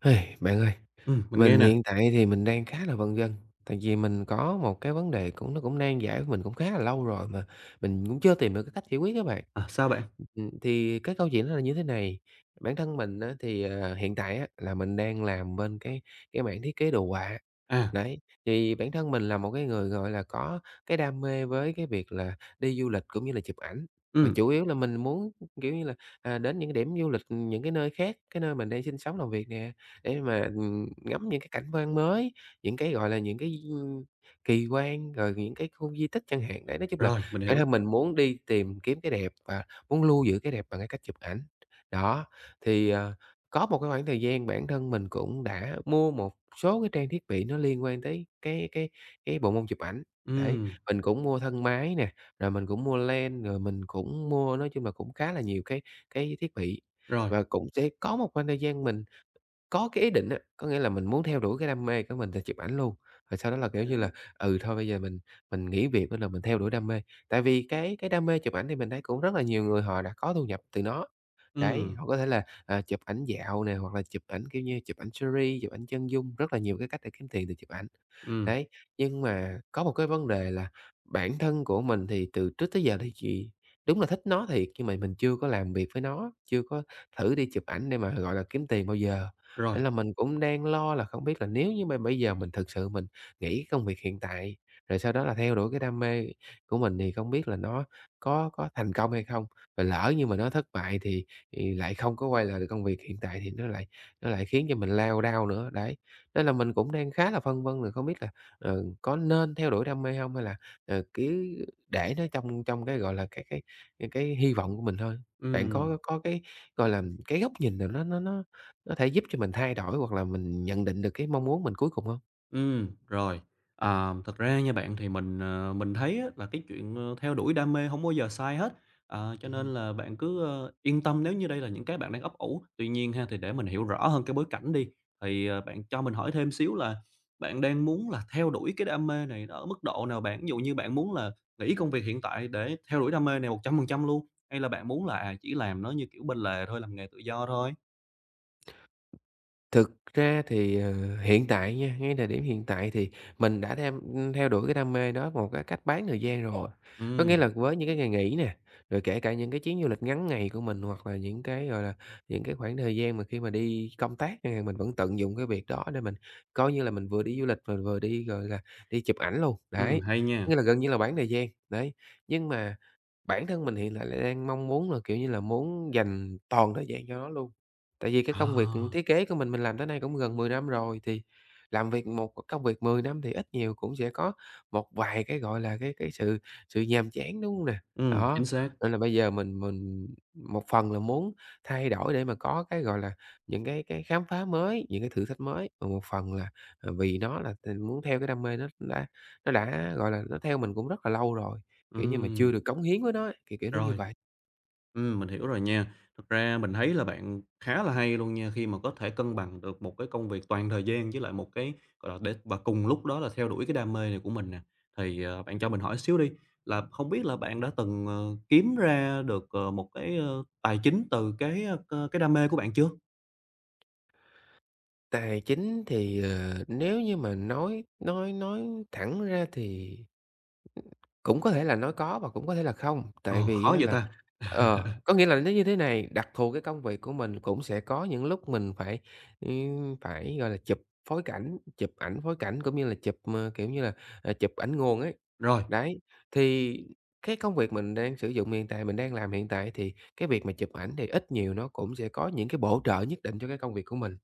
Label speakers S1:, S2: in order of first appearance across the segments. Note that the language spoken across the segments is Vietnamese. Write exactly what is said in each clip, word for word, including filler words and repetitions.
S1: Hey, bạn ơi,
S2: Ừm, mình nghe
S1: mình
S2: nè.
S1: hiện tại thì mình đang khá là vân vân, tại vì mình có một cái vấn đề cũng nó cũng nan giải với mình cũng khá là lâu rồi mà mình cũng chưa tìm được cái cách giải quyết các bạn.
S2: À, sao bạn?
S1: Ừm, thì cái câu chuyện nó là như thế này, bản thân mình á, thì, ờ, hiện tại á, là mình đang làm bên cái cái mảng thiết kế đồ họa.
S2: À,
S1: Đấy, thì bản thân mình là một cái người, gọi là, có cái đam mê với cái việc là đi du lịch cũng như là chụp ảnh, mà
S2: ừm,
S1: chủ yếu là mình muốn, kiểu như là, à, đến những cái điểm du lịch, những cái nơi khác, cái nơi mình đang sinh sống, làm việc nè, để mà, ừm, ngắm những cái cảnh quan mới, những cái, gọi là, những cái, ưm, kỳ quan, rồi những cái khu di tích chẳng hạn. Đấy, nói chung là
S2: rồi, mình
S1: bản
S2: hiểu.
S1: thân mình muốn đi tìm kiếm cái đẹp và muốn lưu giữ cái đẹp bằng cái cách chụp ảnh. Đó, thì, ờ có một cái khoảng thời gian bản thân mình cũng đã mua một số cái trang thiết bị nó liên quan tới cái cái cái bộ môn chụp ảnh. Đấy,
S2: Ừm,
S1: mình cũng mua thân máy nè, rồi mình cũng mua lens, rồi mình cũng mua nói chung là cũng khá là nhiều cái cái thiết bị.
S2: rồi,
S1: Và cũng sẽ có một khoảng thời gian mình có cái ý định á, có nghĩa là mình muốn theo đuổi cái đam mê của mình là chụp ảnh luôn, rồi sau đó là, kiểu như là, ừ, thôi bây giờ mình mình nghỉ việc nên là mình theo đuổi đam mê. Tại vì cái cái đam mê chụp ảnh thì mình thấy cũng rất là nhiều người họ đã có thu nhập từ nó. Đấy,
S2: ừm,
S1: họ có thể là, à, chụp ảnh dạo nè, hoặc là chụp ảnh, kiểu như, chụp ảnh series, chụp ảnh chân dung, rất là nhiều cái cách để kiếm tiền từ chụp ảnh.
S2: ừm,
S1: Đấy, nhưng mà có một cái vấn đề là bản thân của mình thì từ trước tới giờ thì chị đúng là thích nó thiệt, nhưng mà mình chưa có làm việc với nó, chưa có thử đi chụp ảnh để mà, gọi là, kiếm tiền bao giờ.
S2: rồi,
S1: Nên là mình cũng đang lo là không biết là nếu như mà bây giờ mình thực sự mình nghỉ công việc hiện tại, rồi sau đó là theo đuổi cái đam mê của mình thì không biết là nó có có thành công hay không? Và lỡ như mà nó thất bại thì thì lại không có quay lại được công việc hiện tại thì nó lại nó lại khiến cho mình lao đao nữa, đấy. Nên là mình cũng đang khá là phân vân rồi không biết là, ờ, có nên theo đuổi đam mê không hay là, ờ, cứ để nó trong trong cái, gọi là, cái cái, ơ, cái hy vọng của mình thôi. Bạn
S2: ừm.
S1: có có cái, gọi là, cái góc nhìn nào nó nó nó nó thể giúp cho mình thay đổi hoặc là mình nhận định được cái mong muốn mình cuối cùng không?
S2: Ừm, rồi. À, thật ra nha bạn thì mình, ờ, mình thấy á là cái chuyện, ờ, theo đuổi đam mê không bao giờ sai hết, à, cho
S1: Ừm.
S2: nên là bạn cứ, ơ, yên tâm nếu như đây là những cái bạn đang ấp ủ. Tuy nhiên ha, thì để mình hiểu rõ hơn cái bối cảnh đi, thì, ờ, bạn cho mình hỏi thêm xíu là bạn đang muốn là theo đuổi cái đam mê này nó ở mức độ nào bạn? Ví dụ như bạn muốn là nghỉ công việc hiện tại để theo đuổi đam mê này một trăm phần trăm luôn, hay là bạn muốn là, à, chỉ làm nó như kiểu bên lề thôi, làm nghề tự do thôi?
S1: Thực ra thì, ờ, hiện tại nha, ngay thời điểm hiện tại thì mình đã tham theo đuổi cái đam mê đó một cái cách bán thời gian rồi. Có nghĩa
S2: Ừm,
S1: là với những cái ngày nghỉ nè, rồi kể cả những cái chuyến du lịch ngắn ngày của mình hoặc là những cái, gọi là, những cái khoảng thời gian mà khi mà đi công tác chẳng mình vẫn tận dụng cái việc đó để mình coi như là mình vừa đi du lịch, mình vừa đi, gọi là, đi chụp ảnh luôn,
S2: ừm,
S1: đấy.
S2: hay nha.
S1: Có nghĩa là gần như là bán thời gian, đấy. Nhưng mà Bản thân mình hiện tại là đang mong muốn là, kiểu như là, muốn dành toàn thời gian cho nó luôn. Tại vì cái công việc,
S2: À,
S1: thiết kế của mình mình làm tới nay cũng gần mười năm rồi, thì làm việc một công việc mười năm thì ít nhiều cũng sẽ có một vài cái, gọi là, cái cái sự sự nhàm chán, đúng hông nè?
S2: ừm, chính
S1: Đó,
S2: xác.
S1: nên là bây giờ mình mình một phần là muốn thay đổi để mà có cái, gọi là, những cái cái khám phá mới, những cái thử thách mới, và một phần là, ờ, vì nó là t muốn theo cái đam mê nó đã nó đã, gọi là, nó theo mình cũng rất là lâu rồi. Kiểu như mà
S2: Ừm.
S1: chưa được cống hiến với nó ấy, kiểu, kiểu nó như
S2: Rồi,
S1: vậy.
S2: ừm, mình hiểu rồi nha. Thực ra mình thấy là bạn khá là hay luôn nha, khi mà có thể cân bằng được một cái công việc toàn thời gian với lại một cái, gọi là, để và cùng lúc đó là theo đuổi cái đam mê này của mình nè. Thì, ờ, bạn cho mình hỏi xíu đi, là không biết là bạn đã từng, ờ, kiếm ra được, ờ, một cái, ơ, tài chính từ cái, ơ, cái đam mê của bạn chưa?
S1: Tài chính thì, ờ, nếu như mà nói nói nói thẳng ra thì Cũng có thể là nói có và cũng có thể là không, tại
S2: Ồ,
S1: vì
S2: khó
S1: á
S2: vậy
S1: là
S2: ta?
S1: ờ, có nghĩa là nó như thế này, đặc thù cái công việc của mình cũng sẽ có những lúc mình phải, ừm, phải, gọi là, chụp phối cảnh, chụp ảnh phối cảnh cũng như là chụp, ờ, kiểu như là, ờ, chụp ảnh nguồn ấy.
S2: Rồi,
S1: Đấy, thì cái công việc mình đang sử dụng hiện tại, mình đang làm hiện tại thì cái việc mà chụp ảnh thì ít nhiều nó cũng sẽ có những cái bổ trợ nhất định cho cái công việc của mình.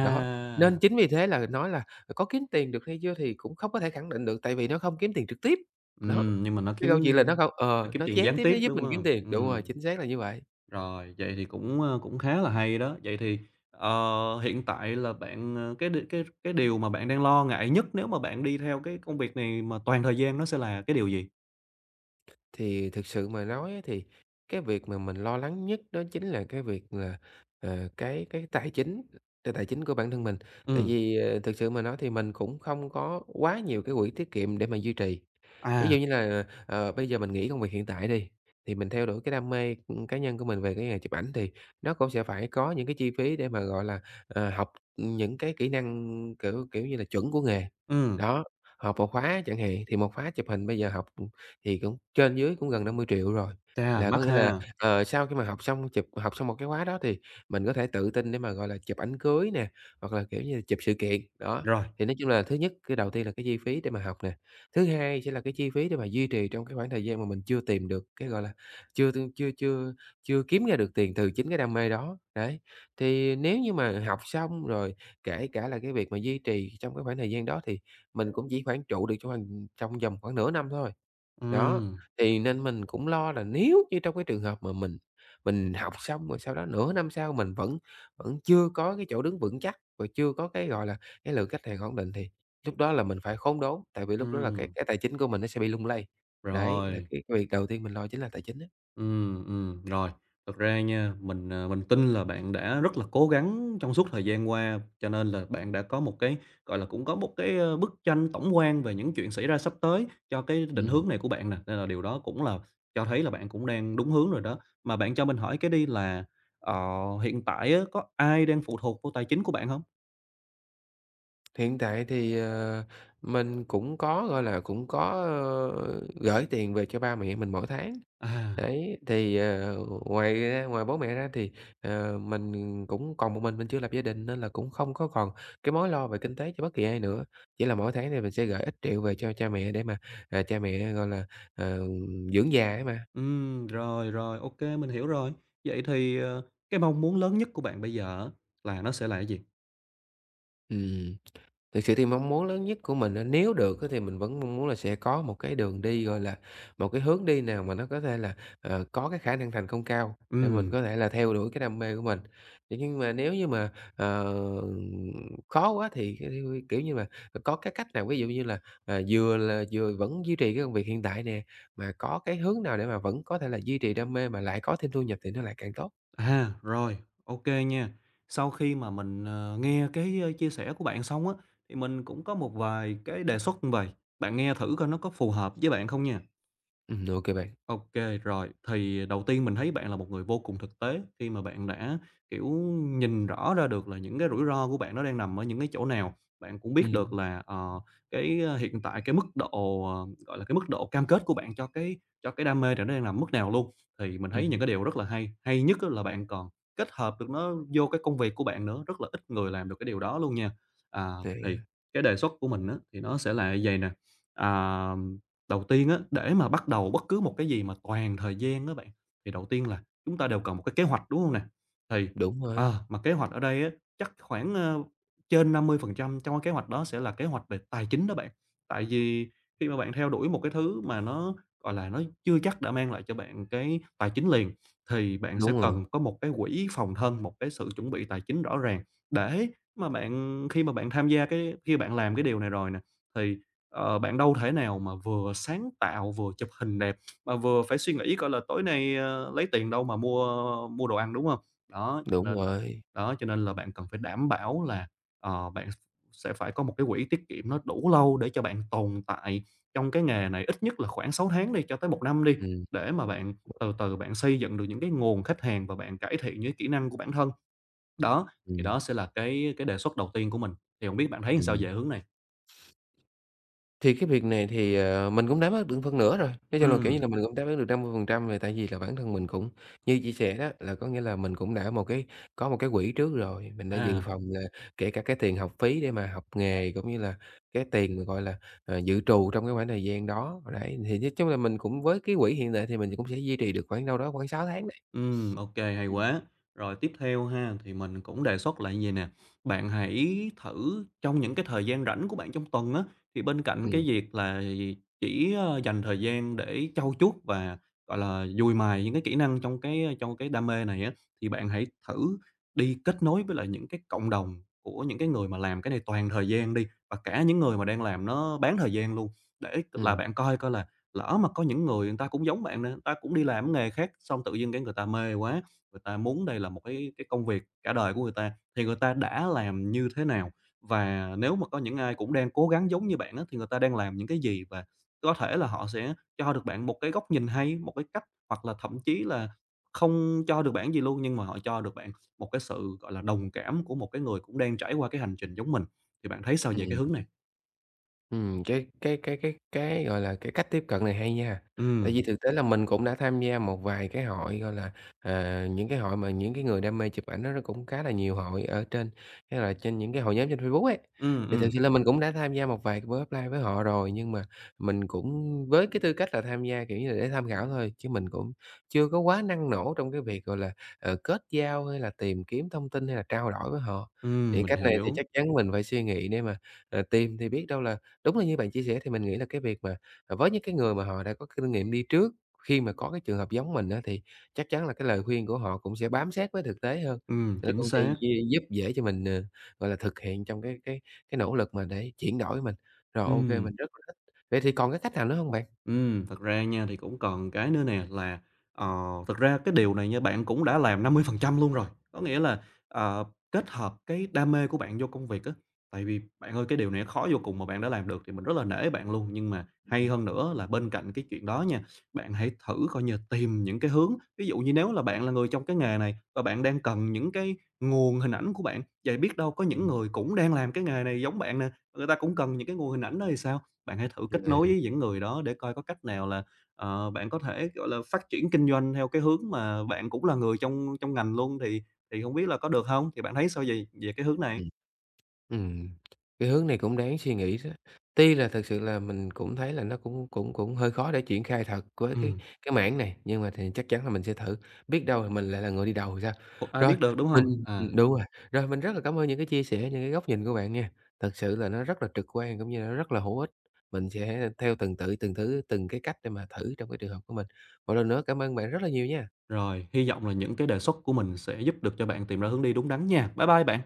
S1: Đó, nên chính vì thế là nói là có kiếm tiền được hay chưa thì cũng không có thể khẳng định được, tại vì nó không kiếm tiền trực tiếp, đó.
S2: ừm, nhưng mà nó
S1: Cái
S2: kiếm
S1: câu chuyện là nó không
S2: nó
S1: ờ,
S2: kiếm
S1: nó
S2: tiền
S1: gián
S2: gián
S1: tiếp nó
S2: tiếp,
S1: giúp
S2: đúng
S1: mình kiếm
S2: không?
S1: tiền, đúng rồi,
S2: Ừm.
S1: chính xác là như vậy.
S2: Rồi, vậy thì cũng, ơ, cũng khá là hay đó. Vậy thì, ờ, hiện tại là bạn, ờ, cái đ cái cái điều mà bạn đang lo ngại nhất nếu mà bạn đi theo cái công việc này mà toàn thời gian nó sẽ là cái điều gì?
S1: Thì thực sự mà nói á thì cái việc mà mình lo lắng nhất đó chính là cái việc là, ờ, cái cái tài chính, cái tài chính của bản thân mình. Tại
S2: Ừm,
S1: vì, ờ, thực sự mà nói thì mình cũng không có quá nhiều cái quỹ tiết kiệm để mà duy trì. Ví
S2: à,
S1: dụ như là, ờ, bây giờ mình nghỉ công việc hiện tại đi, thì mình theo đuổi cái đam mê, cá nhân của mình về cái nghề chụp ảnh thì nó cũng sẽ phải có những cái chi phí để mà, gọi là, ờ, học những cái kỹ năng, kiểu, kiểu như là, chuẩn của nghề.
S2: ừm,
S1: Đó, học một khóa chẳng hạn, thì một khóa chụp hình bây giờ học, thì cũng trên dưới cũng gần năm mươi triệu rồi.
S2: chà,
S1: Là có
S2: mắc
S1: nghĩa là,
S2: ha.
S1: ờ, sau khi mà học xong chụp học xong một cái khóa đó thì mình có thể tự tin để mà, gọi là, chụp ảnh cưới nè, hoặc là, kiểu như là, chụp sự kiện. Đó,
S2: Rồi,
S1: thì nói chung là thứ nhất, cái đầu tiên là cái chi phí để mà học nè. Thứ hai sẽ là cái chi phí để mà duy trì trong cái khoảng thời gian mà mình chưa tìm được cái, gọi là, chưa tương chưa chưa chưa kiếm ra được tiền từ chính cái đam mê đó, đấy. Thì nếu như mà học xong rồi, kể cả là cái việc mà duy trì trong cái khoảng thời gian đó thì mình cũng chỉ khoảng trụ được trong khoảng trong vòng khoảng nửa năm thôi. Đó,
S2: ừm,
S1: thì nên mình cũng lo là nếu như trong cái trường hợp mà mình mình học xong rồi sau đó nửa năm sau mình vẫn vẫn chưa có cái chỗ đứng vững chắc và chưa có cái, gọi là, cái lượng khách hàng ổn định thì lúc đó là mình phải khốn đốn, tại vì lúc đó là cái
S2: ừm,
S1: cái tài chính của mình nó sẽ bị lung lay. Đấy, là
S2: rồi.
S1: cái cái việc đầu tiên mình lo chính là tài chính á.
S2: Ừm, ừm, rồi. Thật ra nha, mình, ờ, mình tin là bạn đã rất là cố gắng trong suốt thời gian qua, cho nên là bạn đã có một cái, gọi là, cũng có một cái, ơ, bức tranh tổng quan về những chuyện xảy ra sắp tới cho cái định
S1: Ừm,
S2: hướng này của bạn nè, nên là điều đó cũng là cho thấy là bạn cũng đang đúng hướng rồi đó. Mà bạn cho mình hỏi cái đi là, ờ, hiện tại á, có ai đang phụ thuộc vô tài chính của bạn hông?
S1: hiện tại thì, ờ, mình cũng có, gọi là, cũng có, ơ, gởi tiền về cho ba mẹ mình mỗi tháng.
S2: À,
S1: Đấy, thì, ờ, ngoài ra ngoài bố mẹ ra thì, ờ, mình cũng còn một mình mình chưa lập gia đình nên là cũng không có còn cái mối lo về kinh tế cho bất kỳ ai nữa. Chỉ là mỗi tháng thì mình sẽ gửi ít triệu về cho cha mẹ để mà, à, cha mẹ, gọi là, ờ, dưỡng già ấy mà.
S2: ừm, rồi, rồi, ô kê, mình hiểu rồi. Vậy thì, ờ, cái mong muốn lớn nhất của bạn bây giờ á là nó sẽ là cái gì?
S1: Ừm. Thực sự thì mong muốn lớn nhất của mình á, nếu được á thì mình vẫn mong muốn là sẽ có một cái đường đi, gọi là, một cái hướng đi nào mà nó có thể là, ờ, có cái khả năng thành công cao để mình
S2: Ừm.
S1: có thể là theo đuổi cái đam mê của mình. Vậy nhưng mà nếu như mà, ờ, khó quá thì, kiểu kiểu như là, có cái cách nào ví dụ như là, à, vừa là vừa vẫn duy trì cái công việc hiện tại nè, mà có cái hướng nào để mà vẫn có thể là duy trì đam mê mà lại có thêm thu nhập thì nó lại càng tốt.
S2: À, rồi, ok nha. Sau khi mà mình, ờ, nghe cái, ơ, chia sẻ của bạn xong á, thì mình cũng có một vài cái đề xuất như vầy, bạn nghe thử coi nó có phù hợp với bạn không nha.
S1: Ừm, ô kê bạn.
S2: OK, rồi. Thì đầu tiên mình thấy bạn là một người vô cùng thực tế khi mà bạn đã, kiểu, nhìn rõ ra được là những cái rủi ro của bạn nó đang nằm ở những cái chỗ nào. Bạn cũng biết được
S1: Ừm,
S2: là, ờ, cái, ơ, hiện tại cái mức độ, ờ, gọi là, cái mức độ cam kết của bạn cho cái cho cái đam mê đó nó đang nằm mức nào luôn. Thì mình thấy những cái
S1: ừm
S2: điều rất là hay. Hay nhất á là bạn còn kết hợp được nó vô cái công việc của bạn nữa, rất là ít người làm được cái điều đó luôn nha. À,
S1: thì
S2: thì cái đề xuất của mình á, thì nó sẽ là vầy nè. à Đầu tiên á, để mà bắt đầu bất cứ một cái gì mà toàn thời gian đó bạn, thì đầu tiên là chúng ta đều cần một cái kế hoạch, đúng không nè? Thì,
S1: đúng
S2: ờ,
S1: rồi,
S2: mà kế hoạch ở đây á, chắc khoảng, ơ, trên năm mươi phần trăm trong cái kế hoạch đó sẽ là kế hoạch về tài chính đó bạn. Tại vì khi mà bạn theo đuổi một cái thứ mà nó, gọi là, nó chưa chắc đã mang lại cho bạn cái tài chính liền, thì bạn sẽ
S1: đúng rồi,
S2: cần có một cái quỹ phòng thân, một cái sự chuẩn bị tài chính rõ ràng để mà bạn khi mà bạn tham gia cái khi bạn làm cái điều này rồi nè, thì Ờ, bạn đâu thể nào mà vừa sáng tạo, vừa chụp hình đẹp, mà vừa phải suy nghĩ coi là tối nay, ơ, lấy tiền đâu mà mua mua đồ ăn, đúng không? Đó, cho
S1: đúng
S2: nên là
S1: rồi.
S2: đó, cho nên là bạn cần phải đảm bảo là, ờ, bạn sẽ phải có một cái quỹ tiết kiệm nó đủ lâu để cho bạn tồn tại trong cái nghề này ít nhất là khoảng sáu tháng đi, cho tới một năm đi,
S1: Ừm,
S2: để mà bạn từ từ bạn xây dựng được những cái nguồn khách hàng và bạn cải thiện những kỹ năng của bản thân. Đó, thì
S1: ừm,
S2: đó sẽ là cái cái đề xuất đầu tiên của mình, thì không biết bạn thấy sao
S1: ừm.
S2: về hướng này?
S1: Thì cái việc này thì, ờ, mình cũng đã mất được phân nửa rồi, nói chung là, kiểu như
S2: Ừm,
S1: là, mình cũng đã bớt được năm mươi phần trăm rồi, tại vì là bản thân mình cũng như chia sẻ đó, là có nghĩa là mình cũng đã một cái có một cái quỹ trước rồi, mình đã dự
S2: à.
S1: phòng là kể cả cái tiền học phí để mà học nghề, cũng như là cái tiền mà, gọi là, ờ, dự trù trong cái khoảng thời gian đó. Đấy, thì nói chung là mình cũng với cái quỹ hiện tại thì mình cũng sẽ duy trì được khoảng đâu đó khoảng sáu tháng đấy.
S2: Ừm, ok hay
S1: Ừm,
S2: quá. Rồi tiếp theo ha, thì mình cũng đề xuất lại gì nè, bạn hãy thử trong những cái thời gian rảnh của bạn trong tuần á, thì bên cạnh cái
S1: ừm,
S2: việc là chỉ, ơ, dành thời gian để trau chuốt và, gọi là, dùi mài những cái kỹ năng trong cái trong cái đam mê này á, thì bạn hãy thử đi kết nối với lại những cái cộng đồng của những cái người mà làm cái này toàn thời gian đi, và cả những người mà đang làm nó bán thời gian luôn, để là
S1: ừm,
S2: bạn coi coi là lỡ mà có những người người ta cũng giống bạn nè, người ta cũng đi làm cái nghề khác, xong tự dưng cái người ta mê quá, người ta muốn đây là một cái cái công việc cả đời của người ta, thì người ta đã làm như thế nào? Và nếu mà có những ai cũng đang cố gắng giống như bạn á, thì người ta đang làm những cái gì? Và có thể là họ sẽ cho được bạn một cái góc nhìn hay, một cái cách, hoặc là thậm chí là không cho được bạn gì luôn, nhưng mà họ cho được bạn một cái sự, gọi là, đồng cảm của một cái người cũng đang trải qua cái hành trình giống mình. Thì bạn thấy sao về cái
S1: ừm.
S2: hướng này?
S1: Ừm, cái cái cái cái cái, gọi là, cái cách tiếp cận này hay nha. Tại
S2: Ừ,
S1: vì thực tế là mình cũng đã tham gia một vài cái hội, gọi là, à, những cái hội mà những cái người đam mê chụp ảnh đó nó cũng khá là nhiều hội ở trên hay là trên những cái hội nhóm trên Facebook ấy.
S2: ừ,
S1: Thì
S2: ừ,
S1: thực sự là mình cũng đã tham gia một vài cái buổi offline với họ rồi, nhưng mà mình cũng với cái tư cách là tham gia, kiểu như là, để tham khảo thôi, chứ mình cũng chưa có quá năng nổ trong cái việc, gọi là, ờ, kết giao hay là tìm kiếm thông tin hay là trao đổi với họ.
S2: ừm,
S1: Thì
S2: mình
S1: cách này thì
S2: hiểu.
S1: chắc chắn mình phải suy nghĩ để mà, ờ, tìm thì biết đâu là đúng. Là như bạn chia sẻ thì mình nghĩ là cái việc mà, à, với những cái người mà họ đã có kinh nghiệm đi trước, khi mà có cái trường hợp giống mình á, thì chắc chắn là cái lời khuyên của họ cũng sẽ bám sát với thực tế hơn,
S2: Ừm,
S1: thì nó
S2: chính
S1: cũng sẽ
S2: xác.
S1: gi giúp dễ cho mình, ờ, gọi là, thực hiện trong cái cái cái nỗ lực mà để chuyển đổi mình. Rồi, ok
S2: Ừm,
S1: mình rất là thích. Vậy thì còn cái cách nào nữa không bạn?
S2: ừm, thật ra nha thì cũng còn cái nữa nè là, ờ, thực ra cái điều này nha bạn cũng đã làm năm mươi phần trăm luôn rồi. Có nghĩa là, ờ, kết hợp cái đam mê của bạn vô công việc á. Tại vì bạn ơi, cái điều này khó vô cùng mà bạn đã làm được thì mình rất là nể bạn luôn. Nhưng mà hay
S1: Ừm,
S2: hơn nữa là bên cạnh cái chuyện đó nha, bạn hãy thử coi như tìm những cái hướng, ví dụ như nếu là bạn là người trong cái nghề này và bạn đang cần những cái nguồn hình ảnh của bạn, vậy biết đâu có những người cũng đang làm cái nghề này giống bạn nè, người ta cũng cần những cái nguồn hình ảnh đó thì sao? Bạn hãy thử kết nối
S1: ừm,
S2: với những người đó để coi có cách nào là, ờ, bạn có thể, gọi là, phát triển kinh doanh theo cái hướng mà bạn cũng là người trong trong ngành luôn, thì thì không biết là có được không? Thì bạn thấy sao về về cái hướng
S1: à.
S2: này?
S1: Ừm, cái hướng này cũng đáng suy nghĩ đó. Tuy là thực sự là mình cũng thấy là nó cũng cũng cũng hơi khó để triển khai thật với cái
S2: Ừm,
S1: cái mảng này, nhưng mà thì chắc chắn là mình sẽ thử, biết đâu thì mình lại là người đi đầu thì sao.
S2: cũng ai
S1: Rồi,
S2: biết được, đúng không?
S1: mình
S2: À,
S1: ừm, đúng rồi, rồi mình rất là cảm ơn những cái chia sẻ, những cái góc nhìn của bạn nha. Thật sự là nó rất là trực quan cũng như là nó rất là hữu ích. Mình sẽ theo từng tự, từng thứ, từng cái cách để mà thử trong cái trường hợp của mình. Một lần nữa cảm ơn bạn rất là nhiều nha.
S2: rồi, hy vọng là những cái đề xuất của mình sẽ giúp được cho bạn tìm ra hướng đi đúng đắn nha. Bye bye bạn.